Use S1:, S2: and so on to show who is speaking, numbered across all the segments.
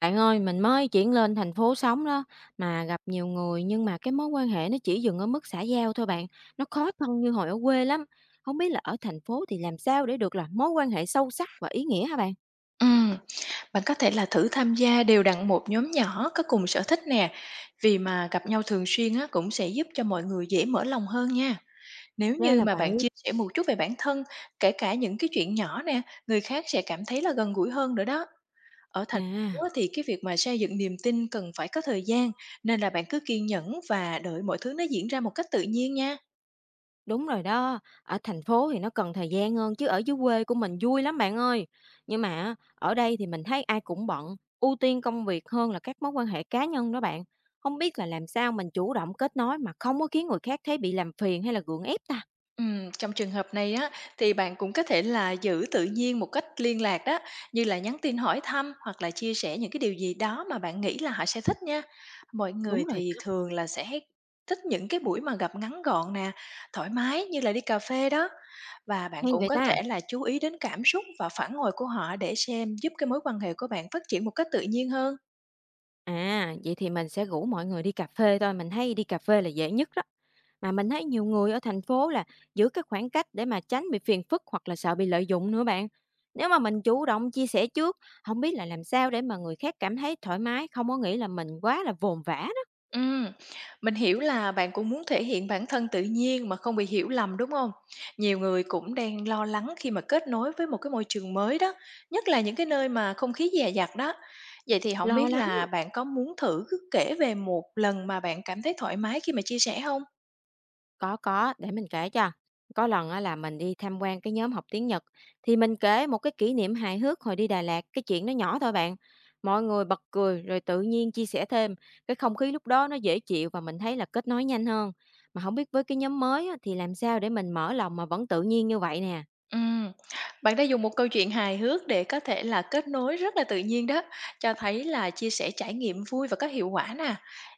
S1: Bạn ơi, mình mới chuyển lên thành phố sống đó, mà gặp nhiều người nhưng mà cái mối quan hệ nó chỉ dừng ở mức xã giao thôi bạn. Nó khó thân như hồi ở quê lắm. Không biết là ở thành phố thì làm sao để được là mối quan hệ sâu sắc và ý nghĩa hả bạn?
S2: Ừm, bạn có thể là thử tham gia đều đặn một nhóm nhỏ có cùng sở thích nè, vì mà gặp nhau thường xuyên á cũng sẽ giúp cho mọi người dễ mở lòng hơn nha. Nếu
S1: Ra
S2: như
S1: là
S2: mà
S1: vậy.
S2: bạn chia sẻ một chút về bản thân, kể cả những cái chuyện nhỏ nè, người khác sẽ cảm thấy là gần gũi hơn nữa đó. Ở thành phố
S1: À,
S2: á thì cái việc mà xây dựng niềm tin cần phải có thời gian, nên là bạn cứ kiên nhẫn và đợi mọi thứ nó diễn ra một cách tự nhiên nha.
S1: đúng rồi đó. Ở thành phố thì nó cần thời gian hơn chứ ở dưới quê của mình vui lắm bạn ơi. Nhưng mà ở đây thì mình thấy ai cũng bận, ưu tiên công việc hơn là các mối quan hệ cá nhân đó bạn. Không biết là làm sao mình chủ động kết nối mà không có khiến người khác thấy bị làm phiền hay là gượng ép ta.
S2: Trong trường hợp này á, thì bạn cũng có thể là giữ tự nhiên một cách liên lạc đó, như là nhắn tin hỏi thăm hoặc là chia sẻ những cái điều gì đó mà bạn nghĩ là họ sẽ thích nha. Mọi người
S1: Đúng rồi
S2: thì
S1: đó,
S2: thường là sẽ thích những cái buổi mà gặp ngắn gọn nè, thoải mái như là đi cà phê đó. Và bạn
S1: hay
S2: cũng
S1: vậy
S2: có
S1: ta!
S2: thể là chú ý đến cảm xúc và phản hồi của họ để xem giúp cái mối quan hệ của bạn phát triển một cách tự nhiên hơn.
S1: À, vậy thì mình sẽ rủ mọi người đi cà phê thôi, mình thấy đi cà phê là dễ nhất đó. Mà mình thấy nhiều người ở thành phố là giữ cái khoảng cách để mà tránh bị phiền phức hoặc là sợ bị lợi dụng nữa bạn. Nếu mà mình chủ động chia sẻ trước, không biết là làm sao để mà người khác cảm thấy thoải mái, không có nghĩ là mình quá là vồn vã đó.
S2: Ừm, mình hiểu là bạn cũng muốn thể hiện bản thân tự nhiên mà không bị hiểu lầm, đúng không? Nhiều người cũng đang lo lắng khi mà kết nối với một cái môi trường mới đó, nhất là những cái nơi mà không khí dè dặt đó. Vậy thì không
S1: Lo
S2: biết
S1: lắm.
S2: là bạn có muốn thử cứ kể về một lần mà bạn cảm thấy thoải mái khi mà chia sẻ không?
S1: Có, để mình kể cho. Có lần á là mình đi tham quan cái nhóm học tiếng Nhật, thì mình kể một cái kỷ niệm hài hước hồi đi Đà Lạt, cái chuyện nó nhỏ thôi bạn. Mọi người bật cười rồi tự nhiên chia sẻ thêm, cái không khí lúc đó nó dễ chịu và mình thấy là kết nối nhanh hơn. Mà không biết với cái nhóm mới á, thì làm sao để mình mở lòng mà vẫn tự nhiên như vậy nè.
S2: Ừm, bạn đã dùng một câu chuyện hài hước để có thể là kết nối rất là tự nhiên đó, cho thấy là chia sẻ trải nghiệm vui và có hiệu quả nè.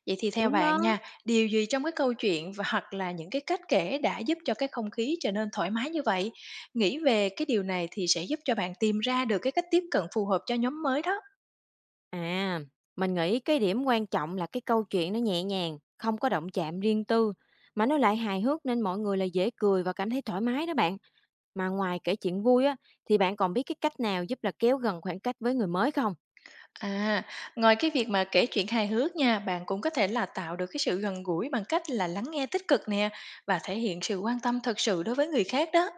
S2: Vậy thì theo
S1: Đúng
S2: bạn
S1: đó.
S2: nha, điều gì trong cái câu chuyện và hoặc là những cái cách kể đã giúp cho cái không khí trở nên thoải mái như vậy? Nghĩ về cái điều này thì sẽ giúp cho bạn tìm ra được cái cách tiếp cận phù hợp cho nhóm mới đó.
S1: À, mình nghĩ cái điểm quan trọng là cái câu chuyện nó nhẹ nhàng, không có động chạm riêng tư, mà nó lại hài hước nên mọi người là dễ cười và cảm thấy thoải mái đó bạn. Mà ngoài kể chuyện vui á, thì bạn còn biết cái cách nào giúp là kéo gần khoảng cách với người mới không?
S2: À, ngoài cái việc mà kể chuyện hài hước nha, bạn cũng có thể là tạo được cái sự gần gũi bằng cách là lắng nghe tích cực nè và thể hiện sự quan tâm thật sự đối với người khác đó.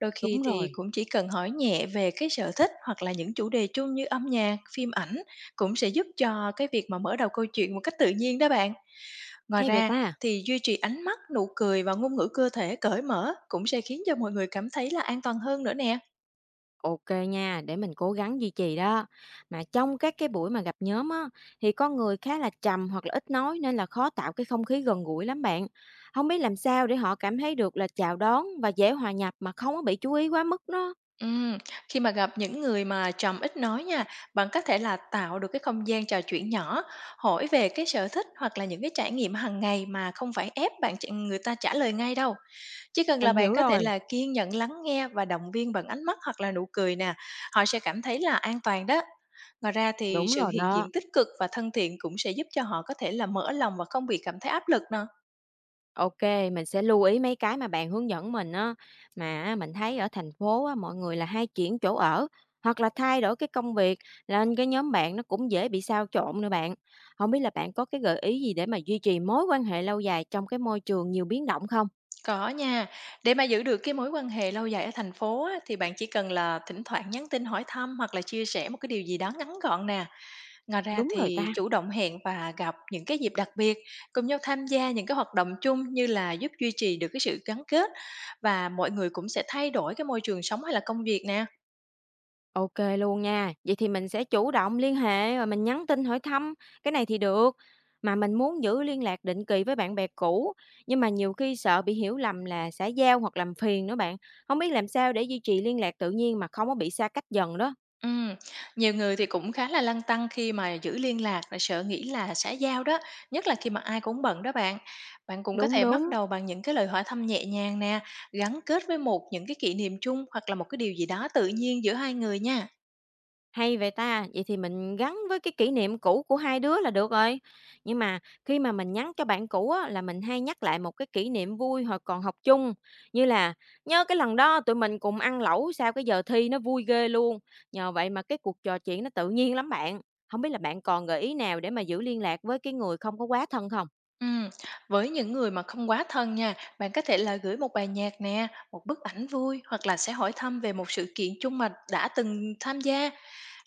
S2: Đôi khi
S1: Đúng
S2: thì
S1: rồi.
S2: cũng chỉ cần hỏi nhẹ về cái sở thích hoặc là những chủ đề chung như âm nhạc, phim ảnh cũng sẽ giúp cho cái việc mà mở đầu câu chuyện một cách tự nhiên đó bạn. Ngoài
S1: Hay vậy
S2: ra
S1: ta?
S2: thì duy trì ánh mắt, nụ cười và ngôn ngữ cơ thể cởi mở cũng sẽ khiến cho mọi người cảm thấy là an toàn hơn nữa nè.
S1: OK nha, để mình cố gắng duy trì đó. Mà trong các cái buổi mà gặp nhóm á, thì có người khá là trầm hoặc là ít nói nên là khó tạo cái không khí gần gũi lắm bạn. Không biết làm sao để họ cảm thấy được là chào đón và dễ hòa nhập mà không có bị chú ý quá mức đó.
S2: Ừm, khi mà gặp những người mà trầm ít nói nha, bạn có thể là tạo được cái không gian trò chuyện nhỏ, hỏi về cái sở thích hoặc là những cái trải nghiệm hàng ngày mà không phải ép bạn người ta trả lời ngay đâu. Chỉ cần là
S1: Mình
S2: bạn
S1: hiểu
S2: có thể
S1: rồi,
S2: là kiên nhẫn lắng nghe và động viên bằng ánh mắt hoặc là nụ cười nè, họ sẽ cảm thấy là an toàn đó. Ngoài ra thì
S1: đúng
S2: sự
S1: rồi
S2: hiện diện
S1: đó.
S2: tích cực và thân thiện cũng sẽ giúp cho họ có thể là mở lòng và không bị cảm thấy áp lực nè.
S1: OK, mình sẽ lưu ý mấy cái mà bạn hướng dẫn mình á. Mà á, mình thấy ở thành phố á, mọi người là hay chuyển chỗ ở hoặc là thay đổi cái công việc, nên cái nhóm bạn nó cũng dễ bị xao trộn nữa bạn. Không biết là bạn có cái gợi ý gì để mà duy trì mối quan hệ lâu dài trong cái môi trường nhiều biến động không?
S2: Có nha, để mà giữ được cái mối quan hệ lâu dài ở thành phố á, thì bạn chỉ cần là thỉnh thoảng nhắn tin hỏi thăm hoặc là chia sẻ một cái điều gì đó ngắn gọn nè. Ngoài ra
S1: Đúng rồi
S2: thì
S1: ta.
S2: chủ động hẹn và gặp những cái dịp đặc biệt, cùng nhau tham gia những cái hoạt động chung như là giúp duy trì được cái sự gắn kết và mọi người cũng sẽ thay đổi cái môi trường sống hay là công việc nè.
S1: OK luôn nha. Vậy thì mình sẽ chủ động liên hệ rồi mình nhắn tin hỏi thăm, cái này thì được. Mà mình muốn giữ liên lạc định kỳ với bạn bè cũ, nhưng mà nhiều khi sợ bị hiểu lầm là xã giao hoặc làm phiền nữa bạn. Không biết làm sao để duy trì liên lạc tự nhiên mà không có bị xa cách dần đó.
S2: Ừm, nhiều người thì cũng khá là lăn tăn khi mà giữ liên lạc là sợ nghĩ là xã giao đó, nhất là khi mà ai cũng bận đó bạn. Bạn cũng có
S1: Đúng,
S2: thể bắt
S1: đúng.
S2: đầu bằng những cái lời hỏi thăm nhẹ nhàng nè, gắn kết với một những cái kỷ niệm chung hoặc là một cái điều gì đó tự nhiên giữa hai người nha.
S1: Hay vậy ta, vậy thì mình gắn với cái kỷ niệm cũ của hai đứa là được rồi. Nhưng mà khi mà mình nhắn cho bạn cũ á, là mình hay nhắc lại một cái kỷ niệm vui hồi còn học chung. Như là, nhớ cái lần đó tụi mình cùng ăn lẩu sau cái giờ thi, nó vui ghê luôn. Nhờ vậy mà cái cuộc trò chuyện nó tự nhiên lắm bạn. Không biết là bạn còn gợi ý nào để mà giữ liên lạc với cái người không có quá thân không?
S2: Ừm, với những người mà không quá thân nha, bạn có thể là gửi một bài nhạc nè, một bức ảnh vui hoặc là sẽ hỏi thăm về một sự kiện chung mà đã từng tham gia.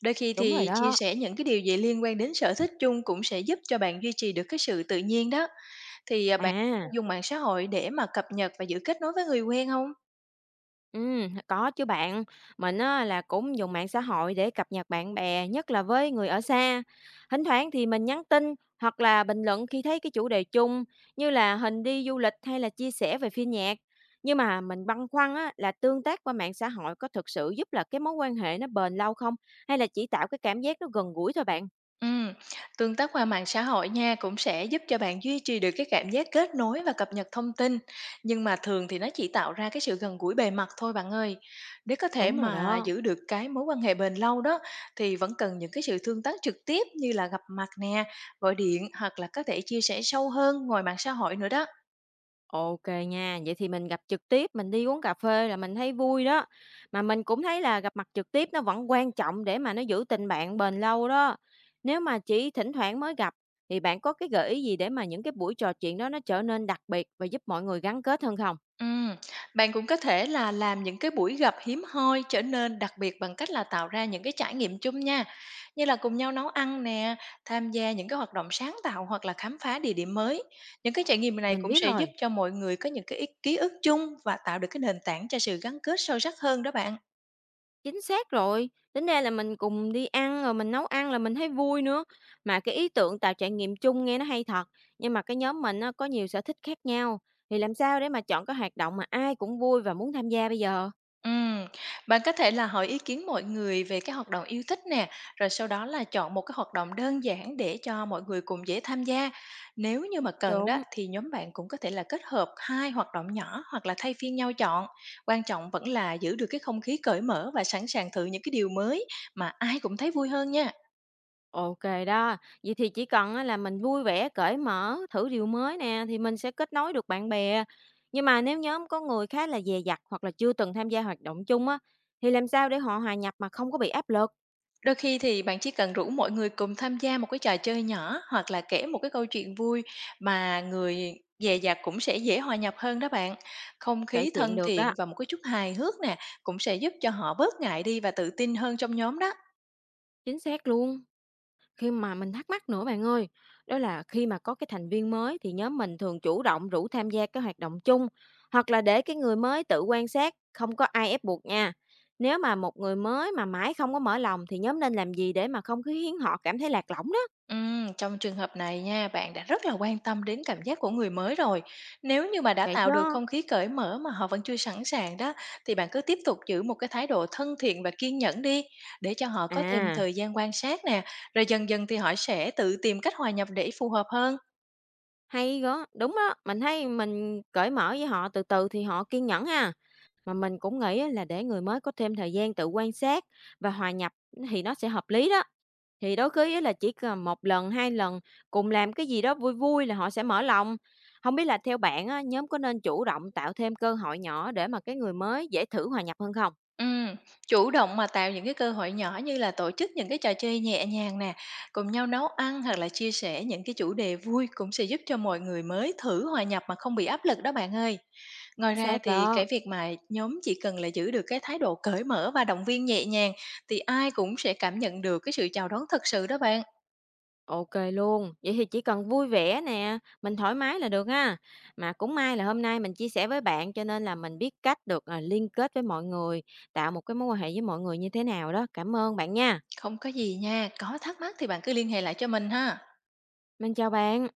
S2: Đôi khi
S1: Đúng rồi
S2: thì chia
S1: đó.
S2: sẻ những cái điều gì liên quan đến sở thích chung cũng sẽ giúp cho bạn duy trì được cái sự tự nhiên đó. Thì à, bạn
S1: À.
S2: dùng mạng xã hội để mà cập nhật và giữ kết nối với người quen không?
S1: Có chứ bạn. Mình á là cũng dùng mạng xã hội để cập nhật bạn bè, nhất là với người ở xa. Thỉnh thoảng thì mình nhắn tin hoặc là bình luận khi thấy cái chủ đề chung, như là hình đi du lịch hay là chia sẻ về phim nhạc. Nhưng mà mình băn khoăn á là tương tác qua mạng xã hội có thực sự giúp là cái mối quan hệ nó bền lâu không, hay là chỉ tạo cái cảm giác nó gần gũi thôi bạn?
S2: Ừm, tương tác qua mạng xã hội nha, cũng sẽ giúp cho bạn duy trì được cái cảm giác kết nối và cập nhật thông tin, nhưng mà thường thì nó chỉ tạo ra cái sự gần gũi bề mặt thôi bạn ơi. Để có thể
S1: Đúng rồi
S2: mà
S1: đó.
S2: giữ được cái mối quan hệ bền lâu đó thì vẫn cần những cái sự tương tác trực tiếp như là gặp mặt nè, gọi điện hoặc là có thể chia sẻ sâu hơn ngoài mạng xã hội nữa đó.
S1: OK nha, vậy thì mình gặp trực tiếp, mình đi uống cà phê là mình thấy vui đó. Mà mình cũng thấy là gặp mặt trực tiếp nó vẫn quan trọng để mà nó giữ tình bạn bền lâu đó. Nếu mà chỉ thỉnh thoảng mới gặp, thì bạn có cái gợi ý gì để mà những cái buổi trò chuyện đó nó trở nên đặc biệt và giúp mọi người gắn kết hơn không?
S2: Ừm, bạn cũng có thể là làm những cái buổi gặp hiếm hoi trở nên đặc biệt bằng cách là tạo ra những cái trải nghiệm chung nha, như là cùng nhau nấu ăn nè, tham gia những cái hoạt động sáng tạo hoặc là khám phá địa điểm mới. Những cái trải nghiệm này
S1: Mình
S2: cũng
S1: biết
S2: sẽ giúp
S1: rồi.
S2: cho mọi người có những cái ký ức chung và tạo được cái nền tảng cho sự gắn kết sâu sắc hơn đó bạn.
S1: Chính xác rồi, tính ra là mình cùng đi ăn rồi mình nấu ăn là mình thấy vui nữa. Mà cái ý tưởng tạo trải nghiệm chung nghe nó hay thật, nhưng mà cái nhóm mình á, có nhiều sở thích khác nhau, thì làm sao để mà chọn cái hoạt động mà ai cũng vui và muốn tham gia bây giờ?
S2: Ừm, bạn có thể là hỏi ý kiến mọi người về cái hoạt động yêu thích nè, rồi sau đó là chọn một cái hoạt động đơn giản để cho mọi người cùng dễ tham gia. Nếu như mà cần đó
S1: Đúng,
S2: thì nhóm bạn cũng có thể là kết hợp hai hoạt động nhỏ hoặc là thay phiên nhau chọn. Quan trọng vẫn là giữ được cái không khí cởi mở và sẵn sàng thử những cái điều mới mà ai cũng thấy vui hơn nha.
S1: OK đó. Vậy thì chỉ cần á, là mình vui vẻ, cởi mở, thử điều mới nè, thì mình sẽ kết nối được bạn bè. Nhưng mà nếu nhóm có người khá là dè dặt hoặc là chưa từng tham gia hoạt động chung á, thì làm sao để họ hòa nhập mà không có bị áp lực?
S2: Đôi khi thì bạn chỉ cần rủ mọi người cùng tham gia một cái trò chơi nhỏ hoặc là kể một cái câu chuyện vui mà người dè dặt cũng sẽ dễ hòa nhập hơn đó bạn. Không
S1: Kể
S2: khí
S1: chuyện
S2: thân
S1: được đó,
S2: thiện và một cái chút hài hước nè cũng sẽ giúp cho họ bớt ngại đi và tự tin hơn trong nhóm đó.
S1: chính xác luôn. Khi mà mình thắc mắc nữa bạn ơi, đó là khi mà có cái thành viên mới thì nhóm mình thường chủ động rủ tham gia cái hoạt động chung, hoặc là để cái người mới tự quan sát, không có ai ép buộc nha. Nếu mà một người mới mà mãi không có mở lòng thì nhóm nên làm gì để mà không khiến họ cảm thấy lạc lõng đó?
S2: Trong trường hợp này nha, bạn đã rất là quan tâm đến cảm giác của người mới rồi. Nếu như mà đã
S1: Vậy
S2: tạo được
S1: chứ?
S2: không khí cởi mở mà họ vẫn chưa sẵn sàng đó, thì bạn cứ tiếp tục giữ một cái thái độ thân thiện và kiên nhẫn đi, để cho họ có thêm
S1: À,
S2: thời gian quan sát nè, rồi dần dần thì họ sẽ tự tìm cách hòa nhập để phù hợp hơn.
S1: hay đó, đúng đó, mình thấy mình cởi mở với họ từ từ thì họ kiên nhẫn ha. Mà mình cũng nghĩ á là để người mới có thêm thời gian tự quan sát và hòa nhập thì nó sẽ hợp lý đó. Thì đôi khi á là chỉ cần một lần, 2 lần, cùng làm cái gì đó vui vui là họ sẽ mở lòng. Không biết là theo bạn á, nhóm có nên chủ động tạo thêm cơ hội nhỏ để mà cái người mới dễ thử hòa nhập hơn không?
S2: Ừm, chủ động mà tạo những cái cơ hội nhỏ như là tổ chức những cái trò chơi nhẹ nhàng nè, cùng nhau nấu ăn hoặc là chia sẻ những cái chủ đề vui cũng sẽ giúp cho mọi người mới thử hòa nhập mà không bị áp lực đó bạn ơi. Ngoài ra
S1: Xác
S2: thì
S1: đó,
S2: cái việc mà nhóm chỉ cần là giữ được cái thái độ cởi mở và động viên nhẹ nhàng thì ai cũng sẽ cảm nhận được cái sự chào đón thật sự đó bạn.
S1: OK luôn. Vậy thì chỉ cần vui vẻ nè, mình thoải mái là được ha. Mà cũng may là hôm nay mình chia sẻ với bạn cho nên là mình biết cách được, à, liên kết với mọi người, tạo một cái mối quan hệ với mọi người như thế nào đó. Cảm ơn bạn nha.
S2: Không có gì nha, có thắc mắc thì bạn cứ liên hệ lại cho mình ha.
S1: Mình chào bạn.